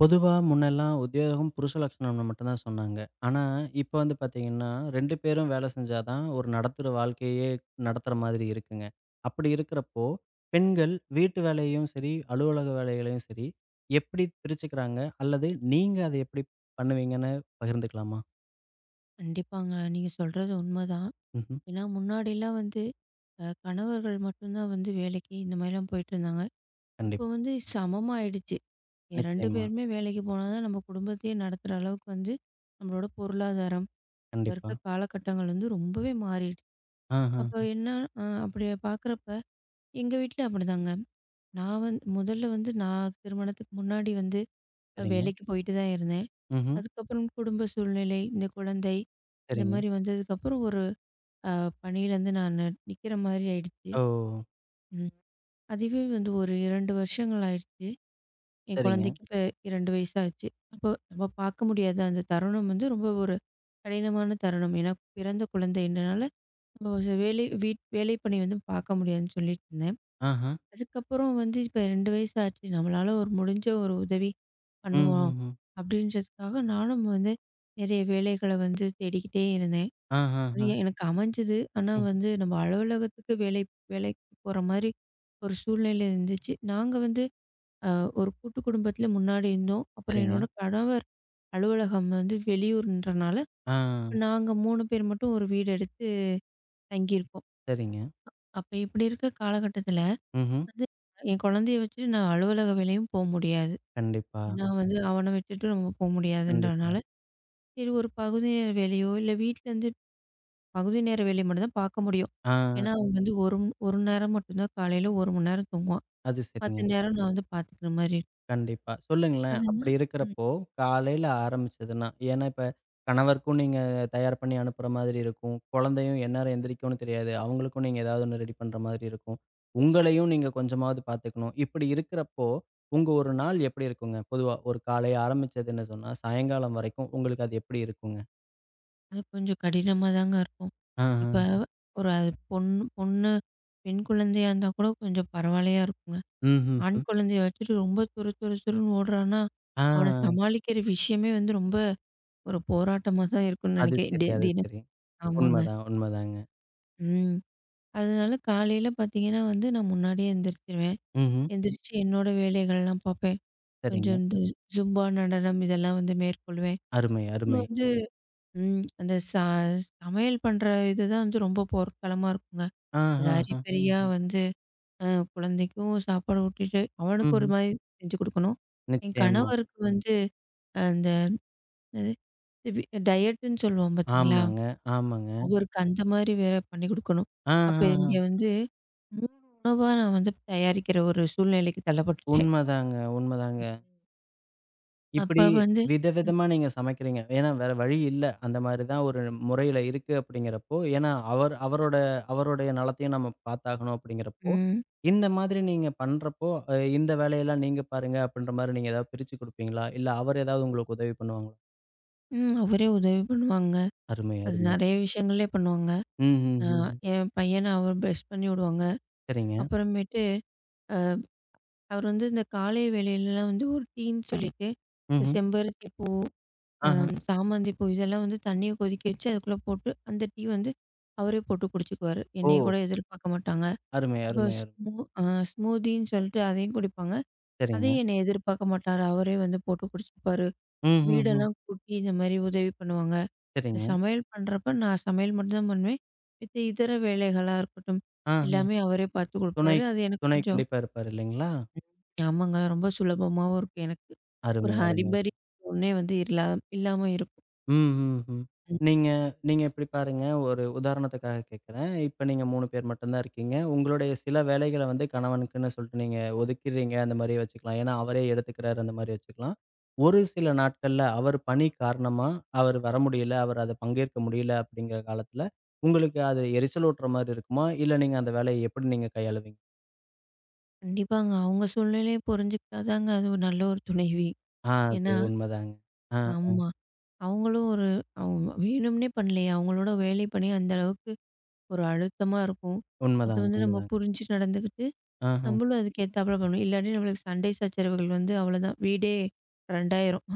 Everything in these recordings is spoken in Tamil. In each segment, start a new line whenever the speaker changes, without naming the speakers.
பொதுவா முன்னெல்லாம் உத்தியோகம் புருஷ லட்சணம்னு மட்டும் தான் சொன்னாங்க. ஆனா, இப்ப வந்து பார்த்தீங்கன்னா, 2 பேரும் வேலை செஞ்சா தான் ஒரு நடத்துற வாழ்க்கையே நடத்துற மாதிரி இருக்குங்க. அப்படி இருக்கிறப்போ, பெண்கள் வீட்டு வேலையையும் சரி, அலுவலக வேலைகளையும் சரி, எப்படி பிரிச்சுக்கிறாங்க? அல்லது நீங்க அதை எப்படி பண்ணுவீங்கன்னு பகிர்ந்துக்கலாமா?
கண்டிப்பாங்க. நீங்க சொல்றது உண்மதான்.
ம்ஹ்ம்.
ஏன்னா முன்னாடிலாம் வந்து கணவர்கள் மட்டும்தான் வந்து வேலைக்கு இந்த மாரிலாம் போயிட்டுருந்தாங்க. இப்போ
கண்டிப்பா.
வந்து சமமா ஆயிடுச்சு. 2
நிச்சயமா.
பேருமே வேலைக்கு போனா தான் நம்ம குடும்பத்தையே நடத்துற அளவுக்கு வந்து நம்மளோட பொருளாதாரம், இப்ப
கண்டிப்பா.
இருக்க காலகட்டங்கள் வந்து ரொம்பவே மாறிடுச்சு.
ஆஹா.
அப்போ என்ன அப்படி பார்க்குறப்ப எங்க வீட்ல அப்படிதாங்க. நான் வந்து முதல்ல வந்து நான் திருமணத்துக்கு முன்னாடி வந்து
சரிங்க.
வேலைக்கு போயிட்டு தான் இருந்தேன்.
ம்ஹ்ம்.
அதுக்கப்புறம் குடும்ப சூழ்நிலை, இந்த குழந்தை இந்த
சரிங்க.
மாரி வந்ததுக்கப்புறம் ஒரு அ பணியிலேருந்து நான் நிக்கிற மாரி ஆயிடுச்சு.
ஓ!
ம். அதுவே வந்து ஒரு 2 வருஷங்கள் ஆயிடுச்சு. என்
சரிங்க.
குழந்தைக்கு இப்ப 2 வயசு ஆச்சு. அப்போ நம்ம பார்க்க முடியாத அந்த தருணம் வந்து ரொம்ப ஒரு கடினமான தருணம். ஏன்னா பிறந்த குழந்தைன்றனால, நம்ம ஒரு வேலை வீட் வேலை பணி வந்து பார்க்க முடியாதுன்னு சொல்லிட்டுருந்தேன்.
ஆஹா.
அதுக்கப்புறம் வந்து இப்ப 2 வயசு ஆச்சு. நம்மளால ஒரு முடிஞ்ச ஒரு உதவி
ம்,
பண்ணுவோம்.
ம், ம்.
அப்படின்றதுக்காக நானும் வந்து நெறைய வேலைகள வந்து தேடிக்கிட்டே இருந்தேன். அது
ஆஹாஹா.
எனக்கு அமைஞ்சது. ஆனா
ம்.
வந்து நம்ம அலுவலகத்துக்கு வேலை வேலைக்கு போற மாரி ஒரு சூழ்நிலை இருந்துச்சு. நாங்க வந்து அ ஒரு கூட்டு குடும்பத்தில முன்னாடி இருந்தோம். அப்புறம்
சரிங்க.
என்னோட கணவர் அலுவலகம் வந்து வெளியூர்ன்றனால,
ஆ.
இப்ப நாங்க 3 பேர் மட்டும் ஒரு வீடு எடுத்து தங்கியிருக்கோம்.
சரிங்க.
அப்ப இப்படி இருக்க காலகட்டத்தில
ம்ஹ்ம்.
வந்து என் குழந்தைய வச்சுட்டு நான் அலுவலக வேலையும் போ முடியாது.
கண்டிப்பா,
ஏன்னா வந்து அவன விட்டுட்டு நம்ம போ
கண்டிப்பா.
முடியாதுன்றனால, சரி ஒரு பகுதி வேலையோ, இல்ல வீட்லேருந்து பகுதி நேர வேலை மட்டும் தான் பார்க்க முடியும்.
ஆ
ஏன்னா, அவன் வந்து 1 1 நேரம் மட்டும் தான் காலையில 1 மணி நேரம் தூங்குவான்.
அது சரிங்க.
மத்த நேரம் நான் வந்து பார்த்துக்கிற மாரி இருக்கும்.
கண்டிப்பா. சொல்லுங்களேன். அப்படி
அதனால ம்.
இருக்கிறப்போ, காலையில ஆரம்பிச்சதுன்னா, ஏன்னா இப்ப கணவருக்கும் நீங்க தயார் பண்ணி அனுப்புற மாதிரி இருக்கும். குழந்தையும் எந்நேரம் எந்திரிக்கும்னு தெரியாது. அவங்களுக்கும் நீங்க ஏதாவது ஒண்ணு ரெடி பண்ற மாதிரி இருக்கும். உங்களையும் நீங்க கொஞ்சமாவது பார்த்துக்கணும். இப்படி இருக்கிறப்போ, உங்க ஒரு நாள் எப்படி இருக்குங்க? பொதுவா ஒரு காலை ஆரம்பிச்சது என்ன சொன்னா, சாயங்காலம் வரைக்கும் உங்களுக்கு அது எப்படி இருக்குங்க?
அது கொஞ்சம் கடினமா தாங்க இருக்கும்.
ஆஹ.
இப்ப ஒரு அது பொண்ணு பொண்ணு பெண் குழந்தையா இருந்தா கூட கொஞ்சம் பரவாயில்லையா இருக்குங்க.
ம்ஹ்ஹ்ம்.
ஆண் குழந்தைய வச்சுட்டு ரொம்ப துரு துரு துருன்னு ஓடுறான்னா, அவன
ஆ.
சமாளிக்கிற விஷயமே வந்து ரொம்ப ஒரு போராட்டமா தான் இருக்கும்னு
அது
நினைக்கிறேன்.
சரி, அது
தினம்
சரி.
ஆமாங்க.
உண்மதான், உண்மதாங்க.
ம். அதனால காலையில பார்த்தீங்கன்னா வந்து நான் முன்னாடியே எந்திரிச்சுருவேன்.
ம்ஹ்ம்.
எந்திரிச்சு என்னோட வேலைகள்லாம் பார்ப்பேன். கொஞ்சம்
சரிங்க.
இந்த ஜும்பா நடனம் இதெல்லாம் வந்து மேற்கொள்வேன்.
அருமை,
அப்புறம்
அருமை.
வந்து அந்த சமையல் பண்ற இதுதான் வந்து ரொம்ப போர்க்களமா இருக்குங்க. அது
ஆஹஹ.
அரிபரியா வந்து அ குழந்தைக்கும் சாப்பாடு ஊட்டிட்டு, அவனுக்கு ஒரு
ம்ஹ்ம்.
மாரி செஞ்சு குடுக்கணும். என்
நிச்சயமா.
கணவருக்கு வந்து அந்த என்னது வி டயட்டுன்னு சொல்லுவோம் பார்த்தீங்களா?
ஆமாங்க, ஆமாங்க.
அவருக்கு அந்த மாரி வேற பண்ணி குடுக்கணும். அப்ப
ஆஹஹ.
இங்க வந்து 3 உணவா நான் வந்து தயாரிக்கிற ஒரு சூழ்நிலைக்கு தள்ளப்பட்டுட்டேன்.
உண்மதாங்க, உண்மதாங்க.
ம். அப்ப
இப்படி
வந்து
விதவிதமா நீங்க சமைக்கிறீங்க. ஏன்னா வேற வழி இல்ல. அந்த மாரி தான் ஒரு முறையில இருக்கு அப்படிங்கிறப்போ, ஏன்னா அவரோட அவருடைய நலத்தையும் நம்ம பார்த்தாகணும் அப்படிங்கிறப்போ,
ம்.
இந்த மாதிரி நீங்க பண்றப்போ, இந்த வேலையெல்லாம் நீங்க பாருங்க அப்படின்ற மாரி நீங்க ஏதாவது பிரிச்சு குடுப்பீங்களா? இல்ல அவர் ஏதாவது உங்களுக்கு உதவி பண்ணுவாங்களா?
ம். அவரே உதவி பண்ணுவாங்க.
அருமை,
அது
அருமை.
நெறைய விஷயங்களே பண்ணுவாங்க.
ம்ஹ்ம்,
அ
ம்ஹ்ம்.
என் பையன அவர் ப்ரஷ் பண்ணி விடுவாங்க.
சரிங்க.
அப்புறமேட்டு அ அவர் வந்து இந்த காலை வேளையிலலாம் வந்து ஒரு டீன்னு சொல்லிட்டு, இந்த
ம்ஹ்ம்.
செம்பருத்தி பூ,
ஆஹ.
சாமந்தி பூ இதெல்லாம் வந்து தண்ணிய கொதிக்க வச்சு அதுக்குள்ள போட்டு, அந்த டீ வந்து அவரே போட்டு குடிச்சுக்குவாரு. என்னைய
ஓ!
கூட எதிர்பார்க்க மாட்டாங்க.
அருமை,
அப்புறம்
அருமை, அருமை.
அ ஸ்மூதின்னு சொல்லிட்டு அதையும் குடிப்பாங்க.
சரிங்க.
அதையும் என்னைய எதிர்பார்க்க மாட்டாரு. அவரே வந்து போட்டு குடிச்சுப்பாரு.
ம்ஹ்ஹ்ம்.
வீடெல்லாம் கூட்டி இந்த மாரி உதவி பண்ணுவாங்க. இந்த
சரிங்க.
சமையல் பண்றப்ப நான் சமையல் மட்டும் தான் பண்ணுவேன். மித்த இதர வேலைகளா இருக்கட்டும்,
ஆஹ.
எல்லாமே அவரே பார்த்து
துணை
குடுப்பாரு. அது எனக்கு
துணை
கொஞ்சம்
கண்டிப்பா இருப்பாரு இல்லைங்களா?
ஆமாங்க. ரொம்ப சுலபமாவும் இருக்கும் எனக்கு. ஒரு
அருமை, அருமை.
ஹரிபரி ஒண்ணே வந்து இல்லாம இருக்கும்.
ம், ம், ம்.
ம்.
நீங்க நீங்க இப்படி பாருங்க, ஒரு உதாரணத்துக்காக கேட்கிறேன். இப்ப நீங்க 3 பேர் மட்டும் தான் இருக்கீங்க. உங்களுடைய சில வேலைகள வந்து கணவனுக்குன்னு சொல்லிட்டு நீங்க ஒதுக்கிறீங்க, அந்த மாரி வச்சுக்கலாம். ஏன்னா, அவரே எடுத்துக்கிறாரு அந்த மாரி வச்சுக்கலாம். ஒரு சில நாட்கள்ல அவர் பணி காரணமா அவர் வர முடியல, அவர் அத பங்கேற்க முடியல அப்படிங்கிற காலத்துல, உங்களுக்கு அது எரிச்சலூட்டுற மாரி இருக்குமா? இல்ல நீங்க அந்த வேலைய எப்படி நீங்க கையாளுவீங்க?
கண்டிப்பாங்க. அவங்க சூழ்நிலைய புரிஞ்சுக்கிட்டா தாங்க அது ஒரு நல்ல ஒரு துணைவி.
ஆ அது
ஏன்னா
உண்மதாங்க. ஆ.
ஆமா. அவங்களும் ஒரு அவங்க வேணும்னே பண்ணலையே! அவங்களோட வேலை பணி அந்த அளவுக்கு ஒரு அழுத்தமா இருக்கும். அது
உண்மதாங்க,
வந்து நம்ம
உண்மதாங்க.
புரிஞ்சு நடந்துக்கிட்டு
ஆஹ.
நம்மளும் அதுக்கு ஏத்தாப்புல பண்ணணும். இல்லாட்டி நம்மளுக்கு சண்டை சச்சரவுகள் வந்து அவ்வளோதான். வீடே ரண்டாயிரும்.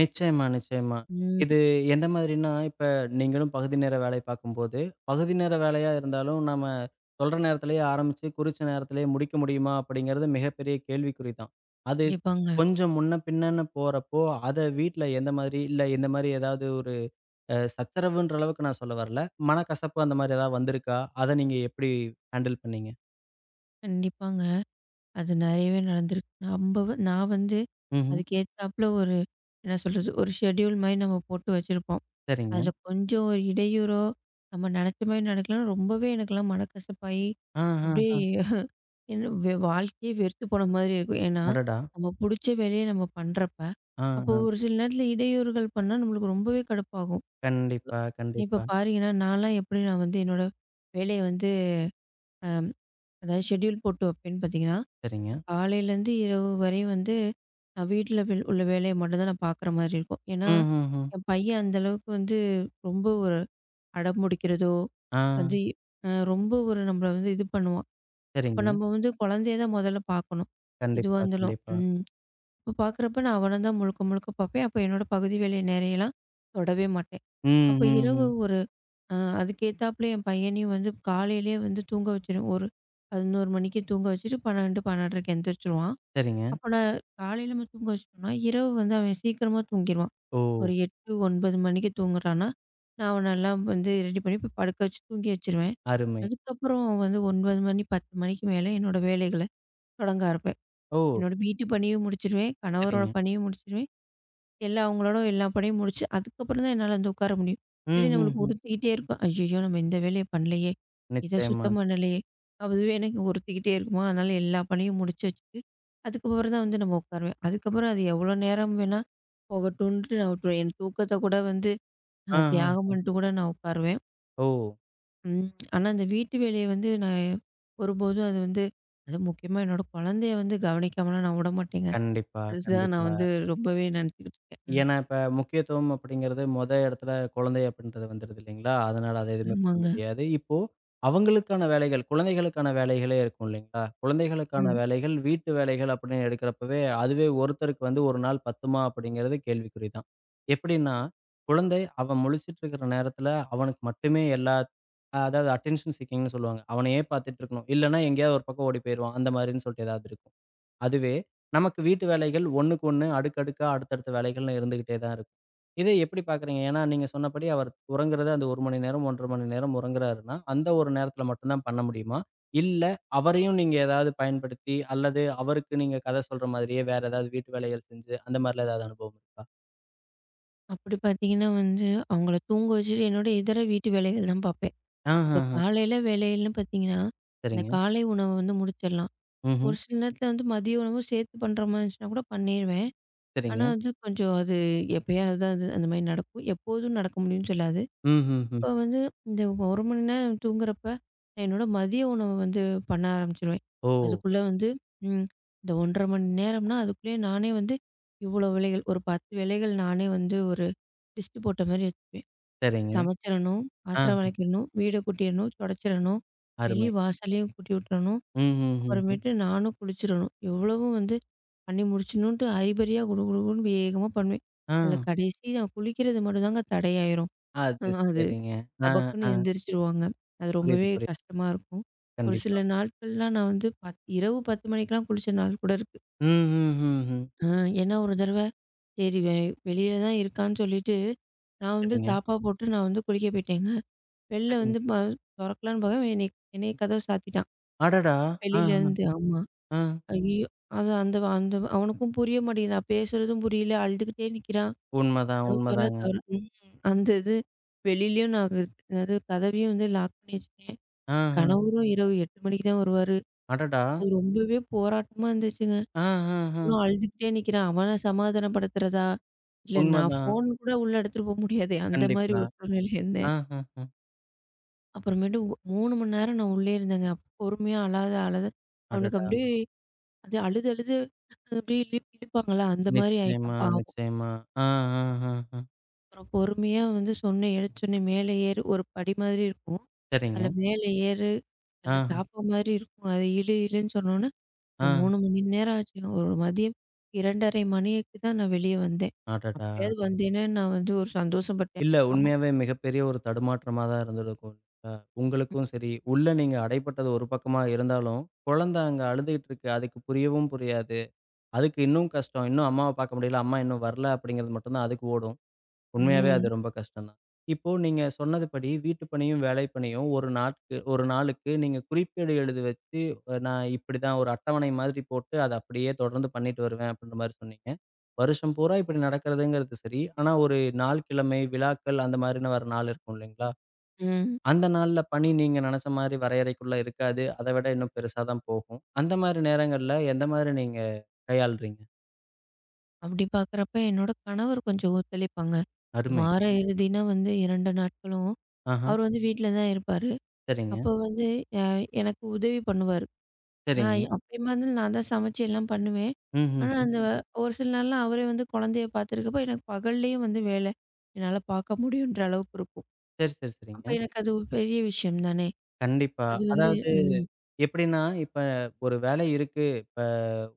நிச்சயமா, நிச்சயமா.
ம்.
இது எந்த மாதிரின்னா, இப்ப நீங்களும் பகுதி நேர வேலை பார்க்கும்போது, பகுதி நேர வேலையா இருந்தாலும் நம்ம சொல்ற நேரத்திலேயே ஆரம்பிச்சு, குறிச்ச நேரத்திலேயே முடிக்க முடியுமா? அப்படிங்கிறது மிகப்பெரிய கேள்விக்குறி தான். அது
கண்டிப்பாங்க.
கொஞ்சம் முன்ன பின்னன்னு போறப்போ, அத வீட்ல எந்த மாதிரி இல்ல இந்த மாதிரி ஏதாவது ஒரு சச்சரவுன்ற அளவுக்கு நான் சொல்ல வரல. மனக்கசப்பு அந்த மாதிரி ஏதாவது வந்திருக்கா? அத நீங்க எப்படி ஹேண்டில் பண்ணீங்க?
கண்டிப்பாங்க. அது நெறையவே நடந்திருக்கு. நம்ப நான் வந்து
ம்ஹ்ம்.
அதுக்கு ஏத்தாப்புல ஒரு என்ன சொல்றது? ஒரு ஷெட்யூல் மாரி நம்ம போட்டு வச்சிருப்போம்.
சரிங்க.
அதில கொஞ்சம் ஒரு இடையூறோ, நம்ம நெனச்ச மாரி நடக்கலன்னா, ரொம்பவே எனக்கெல்லாம் மனக்கசப்பாயி,
ஆ, ஆ,
அப்படியே
ஆ.
என்ன வாழ்க்கையே வெறுத்து போன மாதிரி இருக்கும். ஏன்னா,
அடடா!
நம்ம புடிச்ச வேலைய நம்ம பண்றப்ப,
ஆ,
அப்போ
ஆ.
ஒரு சில நேரத்தில இடையூறுகள் பண்ணா நம்மளுக்கு ரொம்பவே கடுப்பாகும்.
கண்டிப்பா,
இப்ப
கண்டிப்பா.
பாத்தீங்கன்னா, நான்லாம் எப்படி நான் வந்து என்னோட வேலைய வந்து அ அதாவது ஷெட்யூல் போட்டு வைப்பேன்னு பாத்தீங்கன்னா,
சரிங்க.
காலையிலேருந்து இரவு வரையும் வந்து நான் வீட்ல வில் உள்ள வேலைய மட்டும் தான் நான் பாக்குற மாரி இருக்கும்.
ம்,
ஏன்னா,
ம், ம்.
என் பையன் அந்த அளவுக்கு வந்து ரொம்ப ஒரு அடம்பிடிக்கிறதோ,
ஆ
வந்து ரொம்ப ஒரு நம்மள வந்து இது பண்ணுவான். அப்ப
சரிங்க.
நம்ம வந்து குழந்தைய தான் முதல்ல பாக்கணும். எதுவா
கண்டிப்பா,
இருந்தாலும்.
கண்டிப்பா.
ம். அப்ப பாக்குறப்ப நான் அவன தான் முழுக்க முழுக்க பாப்பேன். அப்ப என்னோட பகுதி வேலை நேரையெல்லாம் தொடவே மாட்டேன்.
ம்,
அப்ப
ம்,
இரவு
ம்.
ஒரு அதுக்கேத்தாப்புல என் பையனையும் வந்து காலையிலேயே வந்து தூங்க வச்சுருவேன். ஒரு 11 மணிக்கு தூங்க வச்சுட்டு 12, 12:30க்கு எந்திரிச்சுருவான்.
சரிங்க.
அப்ப நான் காலையில நம்ம தூங்க வச்சுட்டோம்னா, இரவு வந்து அவன் சீக்கிரமா தூங்கிருவான்.
ஓ!
ஒரு 8, 9 மணிக்கு தூங்குறான்னா, நான் அவனெல்லாம் வந்து ரெடி பண்ணி போய் படுக்க வச்சு தூங்கி வச்சுருவேன்.
அருமை.
அதுக்கப்புறம் அவன் வந்து 9 மணி, 10 மணிக்கு மேல என்னோட வேலைகள தொடங்க ஆரம்பிப்பேன்.
ஓ!
என்னோட வீட்டு பணியும் முடிச்சுருவேன். கணவரோட
சரிங்க.
பணியும் முடிச்சுருவேன். எல்லா அவங்களோட எல்லா பணியும் முடிச்சு, அதுக்கப்புறம் தான் என்னால வந்து உட்கார முடியும்.
ம்,
இல்லாட்டி
ம்,
நம்மளுக்கு
ம்.
உறுத்திக்கிட்டே இருக்கும். ஐய்யய்யோ! நம்ம இந்த வேலைய பண்ணலையே! இத
நிச்சயமா.
சுத்தம் பண்ணலையே! அதுவே எனக்கு உறுத்திக்கிட்டே இருக்குமா, அதனால எல்லா பணியும் முடிச்சு வச்சுட்டு, அதுக்கப்புறம் தான் வந்து நம்ம உட்காருவேன். அதுக்கப்புறம் அது எவ்வளோ நேரம் வேணா போகட்டுன்ட்டு நான் விட்டுருவேன். என் தூக்கத்த கூட வந்து
ஆ,
நான் தியாகம்
ஆ.
பண்ணிட்டு கூட நான் உட்காருவேன்.
ஓ!
ம். ஆனா இந்த வீட்டு வேலைய வந்து நான் ஒருபோதும் அது வந்து அதுவும் முக்கியமா என்னோட குழந்தைய வந்து கவனிக்காமலாம் நான் விடமாட்டேங்க.
கண்டிப்பா,
அதுதான் நான்
கண்டிப்பா.
வந்து ரொம்பவே நினச்சுக்கிட்டு இருக்கேன். ம்.
ஏன்னா, இப்ப முக்கியத்துவம் அப்படிங்கிறது மொத இடத்துல குழந்தை அப்படின்றது வந்துருது இல்லைங்களா? அதனால அத எதுவுமே பண்ண
ஆமாங்க.
முடியாது. இப்போ அவங்களுக்கான வேலைகள், குழந்தைகளுக்கான வேலைகளே இருக்கும் இல்லைங்களா? குழந்தைகளுக்கான
ம்.
வேலைகள், வீட்டு வேலைகள் அப்படின்னு எடுக்கிறப்பவே, அதுவே ஒருத்தருக்கு வந்து 1 நாள் பத்துமா அப்படிங்கிறது கேள்விக்குறி தான். எப்படின்னா, குழந்தை அவன் முழிச்சுட்டு இருக்கிற நேரத்துல அவனுக்கு மட்டுமே எல்லா அதாவது அட்டென்ஷன் சீக்கிங்ன்னு சொல்லுவாங்க. அவனையே பார்த்துட்டு இருக்கணும். இல்லன்னா எங்கேயாவது ஒரு பக்கம் ஓடி போயிருவான். அந்த மாதிரின்னு சொல்லிட்டு ஏதாவது இருக்கும். அதுவே, நமக்கு வீட்டு வேலைகள் ஒண்ணுக்கு ஒண்ணு, அடுக்கடுக்கா, அடுத்தடுத்த வேலைகள்னு இருந்துகிட்டே தான் இருக்கும். இதை எப்படி பார்க்குறீங்க? ஏன்னா, நீங்க சொன்னபடி அவர் உறங்குறது அந்த 1 மணி நேரம், 1 1/2 மணி நேரம் உறங்குறாருன்னா, அந்த ஒரு நேரத்தில மட்டும் தான் பண்ண முடியுமா? இல்ல, அவரையும் நீங்க ஏதாவது பயன்படுத்தி, அல்லது அவருக்கு நீங்க கதை சொல்ற மாதிரியே வேற ஏதாவது வீட்டு வேலைகள் செஞ்சு, அந்த மாரிலாம் ஏதாவது அனுபவம் இருக்கா?
அப்படி பார்த்தீங்கன்னா வந்து, அவங்கள தூங்க வச்சுட்டு என்னோட இதர வீட்டு வேலைகள் தான் பார்ப்பேன். இப்ப
ஆஹஹ.
காலையில வேலைகள்னு பார்த்தீங்கன்னா, அந்த
சரிங்க.
காலை உணவ வந்து முடிச்சிடலாம்.
ம்ஹ்ம்.
ஒரு சில நேரத்தில வந்து மதிய உணவும் சேர்த்து பண்ற மாரி இருந்துச்சுன்னா கூட பண்ணிருவேன். ஆனா
சரிங்க.
வந்து கொஞ்சம் அது எப்பயாவது தான் அது அந்த மாரி நடக்கும். எப்போதும் நடக்க முடியும்னு சொல்லாது.
ம்ஹ்ஹ்ம்.
அப்ப வந்து இந்த 1 மணி நேரம் தூங்குறப்ப, நான் என்னோட மதிய உணவு வந்து பண்ண ஆரம்பிச்சுருவேன்.
ஓ!
அதுக்குள்ள வந்து ம் இந்த 1 1/2 மணி நேரம்னா, அதுக்குள்ளேயே நானே வந்து இவ்வளோ வேலைகள், ஒரு 10 வேலைகள் நானே வந்து ஒரு லிஸ்ட்டு போட்ட மாரி வச்சுக்குவேன்.
சரிங்க.
சமைச்சிரணும், பாத்திரம்
ஆ.
வெளக்கிரணும், வீட கூட்டிரணும், தொடச்சிரணும், வெளி
அருமை.
வாசலையும் கூட்டி விட்டுறணும்.
ம்ஹ்ஹ்ஹ்ம்.
அப்புறமேட்டு நானும் குளிச்சிரணும். இவ்வளவும் வந்து பண்ணி முடிச்சணுன்ட்டு அரிபரியா குடு குடு குடுன்னு வேகமா பண்ணுவேன்.
ஆ.
அதில கடைசி நான் குளிக்கிறது மட்டும் தாங்க தடையாயிரும்.
அது
அது
சரிங்க. ஆ,
டபக்குன்னு
ஆ.
எந்திரிச்சிருவாங்க. அது
புரியுது,
ரொம்பவே
புரியுது.
கஷ்டமா இருக்கும். ஒரு
கண்டிப்பா.
சில நாட்கள்லாம் நான் வந்து இரவு 10 மணிக்கெல்லாம் குளிச்ச நாள் கூட இருக்கு.
ம், ம், ம், ம்.
அ ஏன்னா ஒரு தடவ சரி வெளியில தான் இருக்கான்னு சொல்லிட்டு, நான் வந்து
சரிங்க,
தாப்பா போட்டு நான் வந்து குளிக்க போயிட்டேங்க. வெளில
சரிங்க.
வந்து தொறக்கலான்னு பாக்க என்னைய கதவ சாத்திட்டான்.
அடடா! ஆ, ஆ,
வெளியிலேருந்து ஆமா.
ஆ.
ஐயோ! அது அந்த அந்த அவனுக்கும் புரிய மாட்டேங்குது. நான் பேசுறதும் புரியல. அழுதுகிட்டே நிக்கிறான்.
உண்மதான்,
கதவு தொற
உண்மதான்.
தொற ம். அந்த இது வெளிலயும் நான் அதாவது கதவையும் வந்து லாக் பண்ணி வச்சுட்டேன்.
ஆ,
என்
ஆ.
கணவரும் இரவு 8 மணிக்கு தான் வருவாரு.
அடடா!
அது ரொம்பவே போராட்டமா இருந்துச்சுங்க.
ஆ, ஆ, ஆ.
இன்னும் அழுதுகிட்டே நிக்கிறான். அவன சமாதானப்படுத்துறதா? இல்ல நான்
உண்மதான்.
ஃபோன் கூட உள்ள எடுத்துட்டு போ முடியாது. அந்த மாதிரி
கண்டிப்பா.
ஒரு சூழ்நிலையில
ஆ,
இருந்தேன்.
ஆ, ஆ.
அப்புறமேட்டு 3 மணி நேரம் நான் உள்ளே இருந்தேங்க. அப்ப பொறுமையா அழாத அழாத அவனுக்கு
அடடா!
அப்படியே அது அழுது அழுது அப்படியே இழு இழுப்பாங்கல்ல அந்த மாதிரி
நிச்சயமா,
ஆயிட்டான் பாவம்.
நிச்சயமா. ஆ, ஆ, ஆ, ஆ.
அப்புறம் பொறுமையா வந்து சொன்ன எடுத்தோனே மேலே ஏறு ஒரு படி மாதிரி இருக்கும். அதுல
சரிங்க.
மேலே ஏறு,
ஆ,
அதுல தாப்பா மாதிரி இருக்கும். அத இழு இழுன்னு சொன்னோனே, ஒரு
ஆ.
3 மணி நேரம் ஆச்சுங்க. ஒரு மதியம் 2:30 மணிக்கு தான் நான் வெளிய வந்தேன்.
அடடா!
அப்பயாவது வந்தேன்னா நான் வந்து ஒரு சந்தோஷம் பட்டேன்.
இல்ல
பாவம்.
உண்மையாவே மிகப்பெரிய ஒரு தடுமாற்றமா தான் இருந்திருக்கும். அ உங்களுக்கும் சரி, உள்ள நீங்க அடைபட்டது ஒரு பக்கமா இருந்தாலும், குழந்தை அங்க அழுதுகிட்டு இருக்கு. அதுக்கு புரியவும் புரியாது. அதுக்கு இன்னும் கஷ்டம். இன்னும் அம்மாவ பார்க்க முடியல. அம்மா இன்னும் வரல அப்படிங்கிறது மட்டும் தான் அதுக்கு ஓடும். உண்மையாவே அது
ம்,
ரொம்ப கஷ்டம் தான். இப்போ நீங்க சொன்னதுபடி வீட்டு பணியும், வேலை பணியும் ஒரு நாட்கு ஒரு நாளுக்கு நீங்க குறிப்பேடு எழுதி வச்சு, நான் இப்படிதான் ஒரு அட்டவணை மாதிரி போட்டு அத அப்படியே தொடர்ந்து பண்ணிட்டு வருவேன் அப்படின்ற மாரி சொன்னீங்க. வருஷம் பூரா இப்படி நடக்கிறதுங்கிறது சரி. ஆனா ஒரு நாள் கிழமை, விழாக்கள் அந்த மாரின்னு வர நாள் இருக்கும் இல்லைங்களா?
ம்.
அந்த நாள்ல பணி நீங்க நெனச்ச மாரி வரையறைக்குள்ள இருக்காது. அத விட இன்னும் பெருசா தான் போகும். அந்த மாரி நேரங்கள்ல எந்த மாரி நீங்க கையாளுறீங்க?
அப்படி பார்க்குறப்ப என்னோட கணவர் கொஞ்சம் ஒத்துழைப்பாங்க.
அருமை.
வார இறுதினா வந்து 2 நாட்களும்
ஆஹா.
அவர் வந்து வீட்ல தான் இருப்பாரு.
சரிங்க,
அப்போ வந்து அ எனக்கு உதவி பண்ணுவாரு. நான்
சரிங்க.
அப்பயுமா வந்து நான் தான் சமைச்சு எல்லாம் பண்ணுவேன். ஆனா,
ம்ஹ்ஹ்ம்.
அந்த ஒரு சில நாள்லாம் அவரே வந்து குழந்தைய பார்த்துருக்கப்போ, எனக்கு பகல்லேயும் வந்து வேலை. என்னால பார்க்க முடியுன்ற அளவுக்கு இருக்கும்.
சரி, சரி, சரிங்க.
அப்ப எனக்கு அது ஒரு பெரிய விஷயம் தானே!
கண்டிப்பா.
அது வந்து
அதாவது
ம்.
எப்படின்னா, இப்ப ஒரு வேலை இருக்கு. இப்ப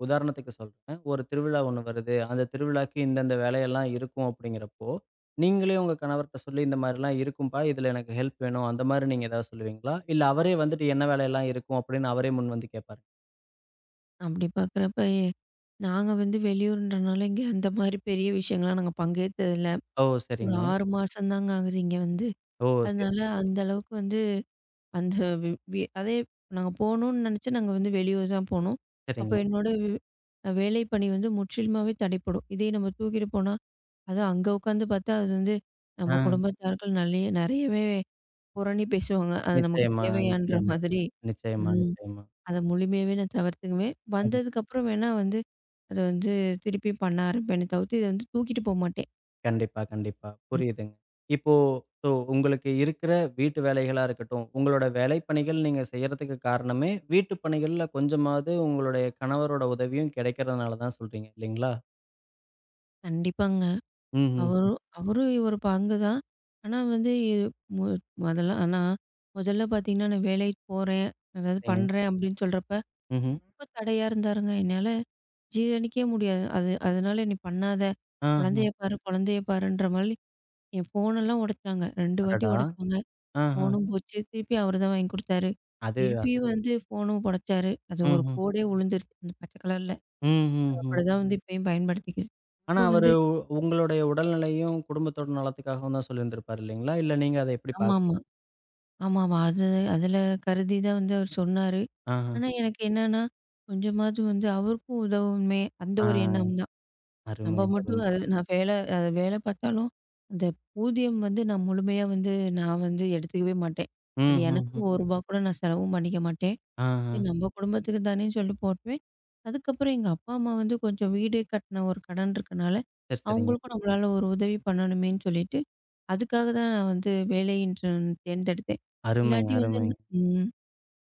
உதாரணத்துக்கு சொல்றேன். ஒரு திருவிழா ஒண்ணு வருது. அந்த திருவிழாக்கு இந்தந்த வேலையெல்லாம் இருக்கும் அப்படிங்கிறப்போ, நீங்களே உங்க கணவர்ட்ட சொல்லி, "இந்த மாரிலாம் இருக்கும்பா. இதுல எனக்கு ஹெல்ப் வேணும்." அந்த மாரி நீங்க ஏதாவது சொல்லுவீங்களா? இல்ல அவரே வந்துட்டு என்ன வேலையெல்லாம் இருக்கும் அப்படின்னு அவரே முன் வந்து கேட்பாரு?
அப்படி பார்க்குறப்ப, நாங்க வந்து வெளியூர்ன்றனால, இங்க அந்த மாரி பெரிய விஷயங்கள்லாம் நாங்க பங்கேத்ததில்ல.
ஓ!
ஒரு
சரிங்க.
6 மாசம் தாங்க ஆகுது இங்க வந்து.
ஓ! சரி,
அதனால
சரி, சரி.
அந்த அளவுக்கு வந்து அந்த வி வி அதே நாங்க போணும்னு நெனச்சு நாங்க வந்து வெளியூர் தான் போனோம். அப்ப
சரிங்க.
என்னோட வேலைப்பணி வந்து முற்றிலுமாவே தடைப்படும். இதே நம்ம தூக்கிட்டு போனா, அதுவும் அங்க உட்காந்து பார்த்தா, அது வந்து
ஆ.
நம்ம குடும்பத்தார்கள் நல்லே நெறையவே புரணி பேசுவாங்க. அது நமக்கு
நிச்சயமா,
தேவையான்ற
நிச்சயமா,
மாதிரி.
நிச்சயமா,
ம்.
நிச்சயமா.
அத முழுமையாவே நான் தவிர்த்துக்குவேன்.
அது
வந்ததுக்கப்புறம் வேணா வந்து, அத வந்து திருப்பி பண்ண ஆரம்பிப்பேனே தவிர்த்து, இத வந்து தூக்கிட்டு போ மாட்டேன்.
கண்டிப்பா, கண்டிப்பா.
ம்.
புரியுதுங்க. இப்போ ஸோ உங்களுக்கு இருக்கிற வீட்டு வேலைகளா இருக்கட்டும், உங்களோட வேலைப்பணிகள் நீங்க செய்யறதுக்கு காரணமே, வீட்டு பணிகள்ல கொஞ்சமாவது உங்களுடைய கணவரோட உதவியும் கிடைக்கிறதுனால தான் சொல்றீங்க இல்லைங்களா?
கண்டிப்பாங்க.
ம்ஹ்ம்.
அவரும் அவரும் ஒரு பங்கு தான். ஆனா வந்து இது மு முதல்ல ஆனா முதல்ல பார்த்தீங்கன்னா, நான் வேலைக்கு போறேன், அதாவது
சரிங்க.
பண்றேன் அப்படின்னு சொல்றப்ப,
ம்ஹ்ம்.
ம். ரொம்ப தடையா இருந்தாருங்க என்னால. ஜீரணிக்கவே முடியாது. அது அதனால "நீ பண்ணாத,
ஆஹ.
குழந்தைய பாரு, குழந்தைய பாருன்ற" மாதிரி என் ஃபோனெல்லாம் உடைச்சாங்க. 2 வாட்டி
அடடா!
உடைச்சாங்க.
ஆஹ.
ஃபோனும் போச்சு. திருப்பி அவரு தான் வாங்கி குடுத்தாரு.
அது அஸ்
திருப்பியும் வந்து ஃபோனும் உடைச்சாரு. அது ஒரு
ம்ஹ்ம்.
கோடே விழுந்துருச்சு. அந்த பச்சை கலர்ல. அது
ம்ஹ்ஹ்ம்.
அப்படிதான் வந்து இப்பயும் பயன்படுத்திக்கிது.
ஆனா
அப்ப
அவரு
வந்து
உ உங்களுடைய உடல்நிலையும், குடும்பத்தோட நலத்துக்காகவும் தான் சொல்லியிருந்திருப்பார் இல்லைங்களா? இல்ல நீங்க அத எப்படி
ஆமாமா.
பார்க்குறீங்க?
ஆமாமா. அது அதில கருதி தான் வந்து அவர் சொன்னாரு.
ஆஹ.
ஆனா எனக்கு என்னன்னா, கொஞ்சமாவது வந்து அவருக்கும் உதவுமே, அந்த
ஆ.
ஒரு எண்ணம் தான்.
அருமை,
நம்ம மட்டும்
அருமை.
அது நான் வேலை அது வேலை பார்த்தாலும், அந்த ஊதியம் வந்து நான் முழுமையா வந்து நான் வந்து எடுத்துக்கவே மாட்டேன். அது
ம்ஹ்ஹ்ம்.
எனக்குன்னு ரூ. 1 கூட நான் செலவும் பண்ணிக்க மாட்டேன்.
ஆஹ.
சரி நம்ம குடும்பத்துக்கு தானேன்னு சொல்லி போட்டுருவேன். அதுக்கப்புறம் எங்க அப்பா, அம்மா வந்து கொஞ்சம் வீடு கட்டின ஒரு கடன் இருக்கனால,
சரி, சரிங்க.
அவங்களுக்கும் நம்மளால ஒரு உதவி பண்ணணுமேன்னு சொல்லிட்டு, அதுக்காக தான் நான் வந்து வேலைன்ற தேர்ந்தெடுத்தேன்.
அருமைங்க,
இல்லாட்டி வந்து
அருமைங்க.
ம்.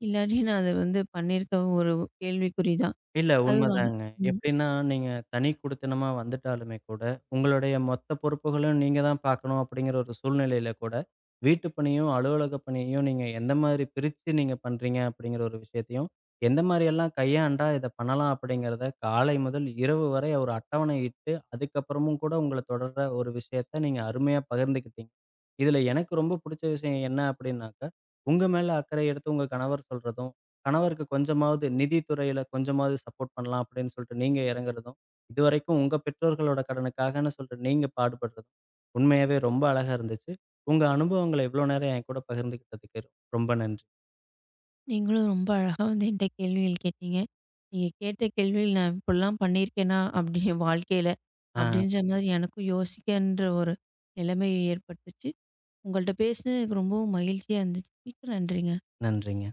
இல்லாட்டி நான் அத வந்து பண்ணியிருக்க ஒரு கேள்விக்குறி தான்.
இல்ல
அதுவும் நான்
உண்மதாங்க.
ம்.
எப்படின்னா, நீங்க தனி குடித்தனமா வந்துட்டாலுமே கூட, உங்களுடைய மொத்த பொறுப்புகளையும் நீங்க தான் பார்க்கணும் அப்படிங்கிற ஒரு சூழ்நிலையில கூட, வீட்டு பணியும், அலுவலக பணியையும் நீங்க எந்த மாதிரி பிரிச்சு நீங்க பண்றீங்க அப்படிங்கிற ஒரு விஷயத்தையும், எந்த மாரியெல்லாம் கையாண்டா இத பண்ணலாம் அப்படிங்கிறத, காலை முதல் இரவு வரை ஒரு அட்டவணை இட்டு, அதுக்கப்புறமும் கூட உங்கள தொடர்ற ஒரு விஷயத்த நீங்க அருமையா பகிர்ந்துக்கிட்டீங்க. இதுல எனக்கு ரொம்ப புடிச்ச விஷயம் என்ன அப்படின்னாக்கா, உங்க மேல அக்கறை எடுத்து உங்க கணவர் சொல்றதும் கணவருக்கு கொஞ்சமாவது நிதித்துறையில கொஞ்சமாவது சப்போர்ட் பண்ணலாம் அப்படின்னு சொல்லிட்டு நீங்க இறங்குறதும், இதுவரைக்கும் உங்க பெற்றோர்களோட கடனுக்காகன்னு சொல்லிட்டு நீங்க பாடுபடுறதும், உண்மையாவே ரொம்ப அழகா இருந்துச்சு. உங்க அனுபவங்கள இவ்ளோ நேரம் என் கூட பகிர்ந்துக்கிட்டதுக்கு ரொம்ப நன்றி.
நீங்களும் ரொம்ப அழகா வந்து என்கிட்ட கேள்விகள் கேட்டீங்க. நீங்க கேட்ட கேள்விகள் நான் இப்படிலாம் பண்ணியிருக்கேனா? அப்படி என் வாழ்க்கையில,
ஆ
அப்படின்ற மாதிரி எனக்கும் யோசிக்கன்ற ஒரு நிலைமை ஏற்பட்டுச்சு. உங்கள்ட்ட பேசினது எனக்கு ரொம்பவும் மகிழ்ச்சியா இருந்துச்சு. மிக்க நன்றிங்க.
நன்றிங்க.